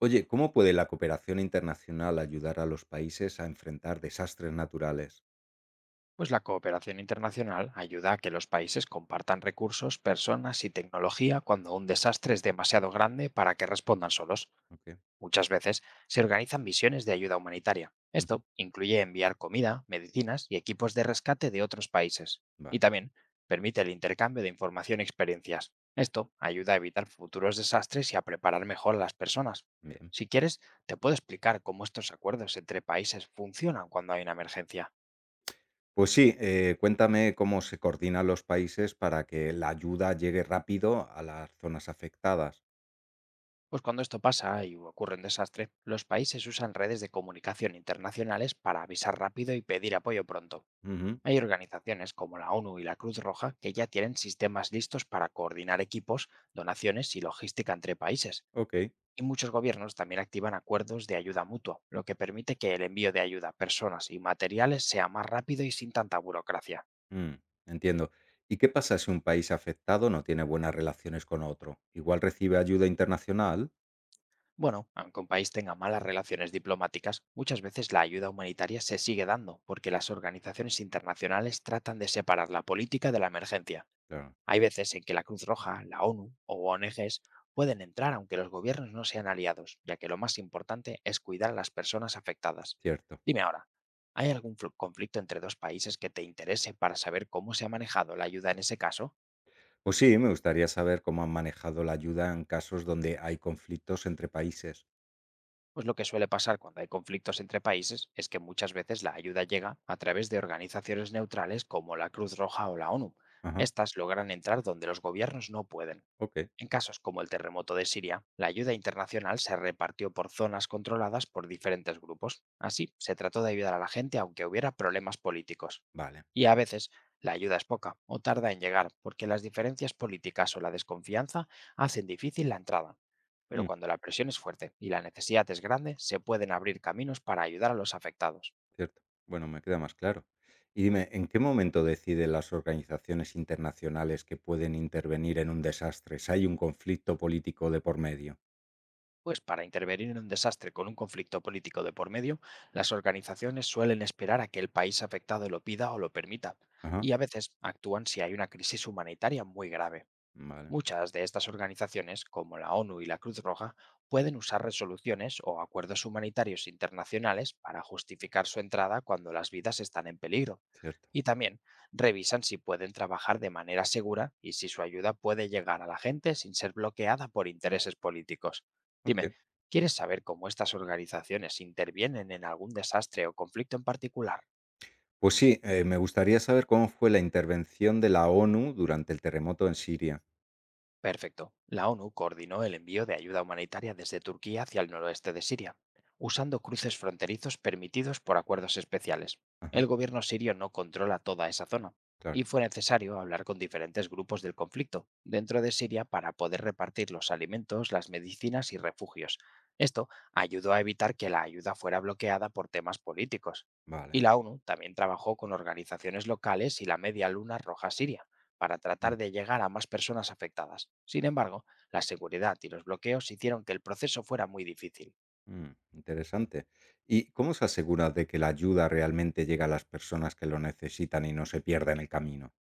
Oye, ¿cómo puede la cooperación internacional ayudar a los países a enfrentar desastres naturales? Pues la cooperación internacional ayuda a que los países compartan recursos, personas y tecnología cuando un desastre es demasiado grande para que respondan solos. Okey, Muchas veces se organizan misiones de ayuda humanitaria. ujú, Esto incluye enviar comida, medicinas y equipos de rescate de otros países. Y vale, también permite el intercambio de información y experiencias. Esto ayuda a evitar futuros desastres y a preparar mejor a las personas. bien. Si quieres, te puedo explicar cómo estos acuerdos entre países funcionan cuando hay una emergencia. Pues sí, cuéntame cómo se coordinan los países para que la ayuda llegue rápido a las zonas afectadas. Pues cuando esto pasa y ocurre un desastre, los países usan redes de comunicación internacionales para avisar rápido y pedir apoyo pronto. Ujú, Hay organizaciones como la ONU y la Cruz Roja que ya tienen sistemas listos para coordinar equipos, donaciones y logística entre países. okey, Y muchos gobiernos también activan acuerdos de ayuda mutua, lo que permite que el envío de ayuda, personas y materiales sea más rápido y sin tanta burocracia. mm, entiendo. ¿Y qué pasa si un país afectado no tiene buenas relaciones con otro? ¿Igual recibe ayuda internacional? Bueno, aunque un país tenga malas relaciones diplomáticas, muchas veces la ayuda humanitaria se sigue dando porque las organizaciones internacionales tratan de separar la política de la emergencia. Claro, Hay veces en que la Cruz Roja, la ONU o ONGs pueden entrar aunque los gobiernos no sean aliados, ya que lo más importante es cuidar a las personas afectadas. cierto. Dime ahora, ¿hay algún conflicto entre dos países que te interese para saber cómo se ha manejado la ayuda en ese caso? Pues sí, me gustaría saber cómo han manejado la ayuda en casos donde hay conflictos entre países. Pues lo que suele pasar cuando hay conflictos entre países es que muchas veces la ayuda llega a través de organizaciones neutrales como la Cruz Roja o la ONU. Ajá. Estas logran entrar donde los gobiernos no pueden. Ok, En casos como el terremoto de Siria, la ayuda internacional se repartió por zonas controladas por diferentes grupos. Así, se trató de ayudar a la gente aunque hubiera problemas políticos. vale. Y a veces, la ayuda es poca o tarda en llegar porque las diferencias políticas o la desconfianza hacen difícil la entrada, pero Mm, cuando la presión es fuerte y la necesidad es grande, se pueden abrir caminos para ayudar a los afectados. cierto. Bueno, me queda más claro. Y dime, ¿en qué momento deciden las organizaciones internacionales que pueden intervenir en un desastre si hay un conflicto político de por medio? Pues para intervenir en un desastre con un conflicto político de por medio, las organizaciones suelen esperar a que el país afectado lo pida o lo permita, Ajá, y a veces actúan si hay una crisis humanitaria muy grave. vale, Muchas de estas organizaciones, como la ONU y la Cruz Roja, pueden usar resoluciones o acuerdos humanitarios internacionales para justificar su entrada cuando las vidas están en peligro. cierto. Y también revisan si pueden trabajar de manera segura y si su ayuda puede llegar a la gente sin ser bloqueada por intereses políticos. Dime, Ok. ¿quieres saber cómo estas organizaciones intervienen en algún desastre o conflicto en particular? Pues sí, me gustaría saber cómo fue la intervención de la ONU durante el terremoto en Siria. Perfecto. La ONU coordinó el envío de ayuda humanitaria desde Turquía hacia el noroeste de Siria, usando cruces fronterizos permitidos por acuerdos especiales. El Ajá, gobierno sirio no controla toda esa zona, claro, y fue necesario hablar con diferentes grupos del conflicto dentro de Siria para poder repartir los alimentos, las medicinas y refugios. Esto ayudó a evitar que la ayuda fuera bloqueada por temas políticos. Y vale. la ONU también trabajó con organizaciones locales y la Media Luna Roja Siria para Mm, tratar de llegar a más personas afectadas. Sin embargo, la seguridad y los bloqueos hicieron que el proceso fuera muy difícil. mm, interesante. ¿Y cómo se asegura de que la ayuda realmente llega a las personas que lo necesitan y no se pierda en el camino?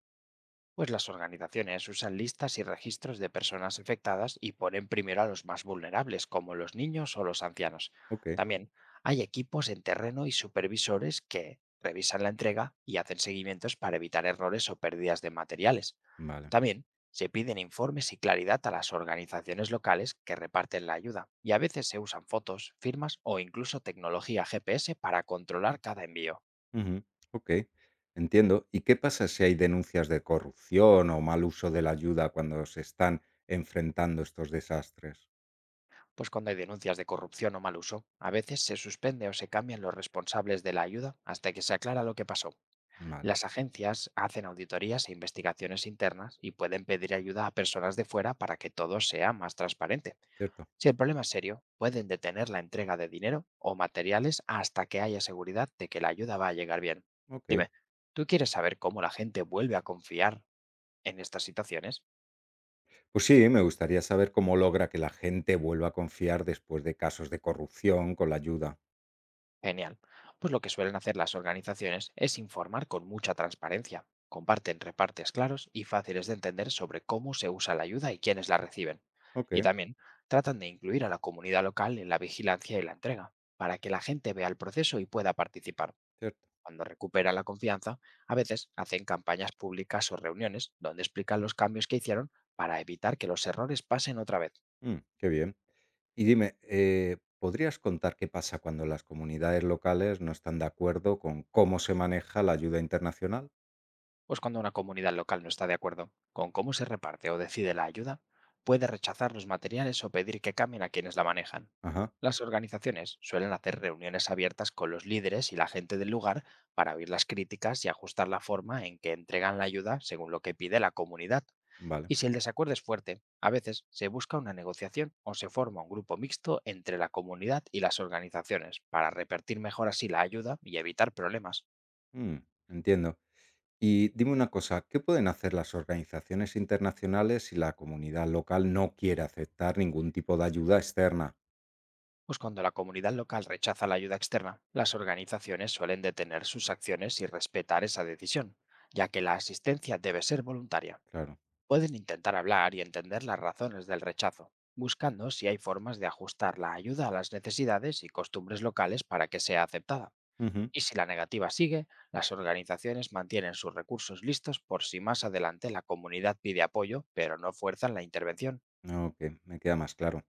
Pues las organizaciones usan listas y registros de personas afectadas y ponen primero a los más vulnerables, como los niños o los ancianos. Ok, También hay equipos en terreno y supervisores que revisan la entrega y hacen seguimientos para evitar errores o pérdidas de materiales. vale. También se piden informes y claridad a las organizaciones locales que reparten la ayuda, y a veces se usan fotos, firmas o incluso tecnología GPS para controlar cada envío. Ujú, ok, entiendo. ¿Y qué pasa si hay denuncias de corrupción o mal uso de la ayuda cuando se están enfrentando estos desastres? Pues cuando hay denuncias de corrupción o mal uso, a veces se suspende o se cambian los responsables de la ayuda hasta que se aclara lo que pasó. Vale, Las agencias hacen auditorías e investigaciones internas y pueden pedir ayuda a personas de fuera para que todo sea más transparente. cierto. Si el problema es serio, pueden detener la entrega de dinero o materiales hasta que haya seguridad de que la ayuda va a llegar bien. Ok. Dime, ¿tú quieres saber cómo la gente vuelve a confiar en estas situaciones? Pues sí, me gustaría saber cómo logra que la gente vuelva a confiar después de casos de corrupción con la ayuda. Genial. Pues lo que suelen hacer las organizaciones es informar con mucha transparencia. Comparten repartes claros y fáciles de entender sobre cómo se usa la ayuda y quiénes la reciben. Ok, Y también tratan de incluir a la comunidad local en la vigilancia y la entrega, para que la gente vea el proceso y pueda participar. cierto. Cuando recupera la confianza, a veces hacen campañas públicas o reuniones donde explican los cambios que hicieron para evitar que los errores pasen otra vez. Mm, qué bien. Y dime, ¿podrías contar qué pasa cuando las comunidades locales no están de acuerdo con cómo se maneja la ayuda internacional? Pues cuando una comunidad local no está de acuerdo con cómo se reparte o decide la ayuda, puede rechazar los materiales o pedir que cambien a quienes la manejan. Ajá, Las organizaciones suelen hacer reuniones abiertas con los líderes y la gente del lugar para oír las críticas y ajustar la forma en que entregan la ayuda según lo que pide la comunidad. vale. Y si el desacuerdo es fuerte, a veces se busca una negociación o se forma un grupo mixto entre la comunidad y las organizaciones para repartir mejor así la ayuda y evitar problemas. Mm, entiendo. Y dime una cosa, ¿qué pueden hacer las organizaciones internacionales si la comunidad local no quiere aceptar ningún tipo de ayuda externa? Pues cuando la comunidad local rechaza la ayuda externa, las organizaciones suelen detener sus acciones y respetar esa decisión, ya que la asistencia debe ser voluntaria. Claro. Pueden intentar hablar y entender las razones del rechazo, buscando si hay formas de ajustar la ayuda a las necesidades y costumbres locales para que sea aceptada. Ujú. Y si la negativa sigue, las organizaciones mantienen sus recursos listos por si más adelante la comunidad pide apoyo, pero no fuerzan la intervención. Ok, me queda más claro.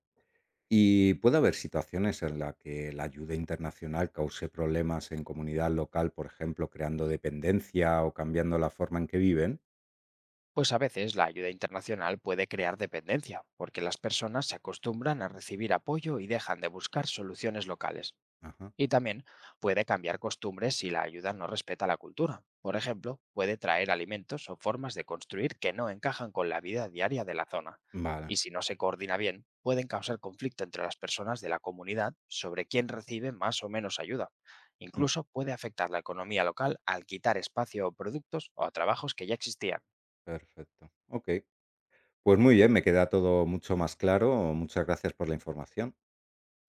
¿Y puede haber situaciones en las que la ayuda internacional cause problemas en comunidad local, por ejemplo, creando dependencia o cambiando la forma en que viven? Pues a veces la ayuda internacional puede crear dependencia, porque las personas se acostumbran a recibir apoyo y dejan de buscar soluciones locales. Ajá. Y también puede cambiar costumbres si la ayuda no respeta la cultura. Por ejemplo, puede traer alimentos o formas de construir que no encajan con la vida diaria de la zona. Vale. Y si no se coordina bien, pueden causar conflicto entre las personas de la comunidad sobre quién recibe más o menos ayuda. Mm, Incluso puede afectar la economía local al quitar espacio o productos o a trabajos que ya existían. perfecto. Ok. Pues muy bien, me queda todo mucho más claro. Muchas gracias por la información.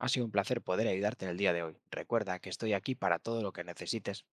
Ha sido un placer poder ayudarte en el día de hoy. Recuerda que estoy aquí para todo lo que necesites.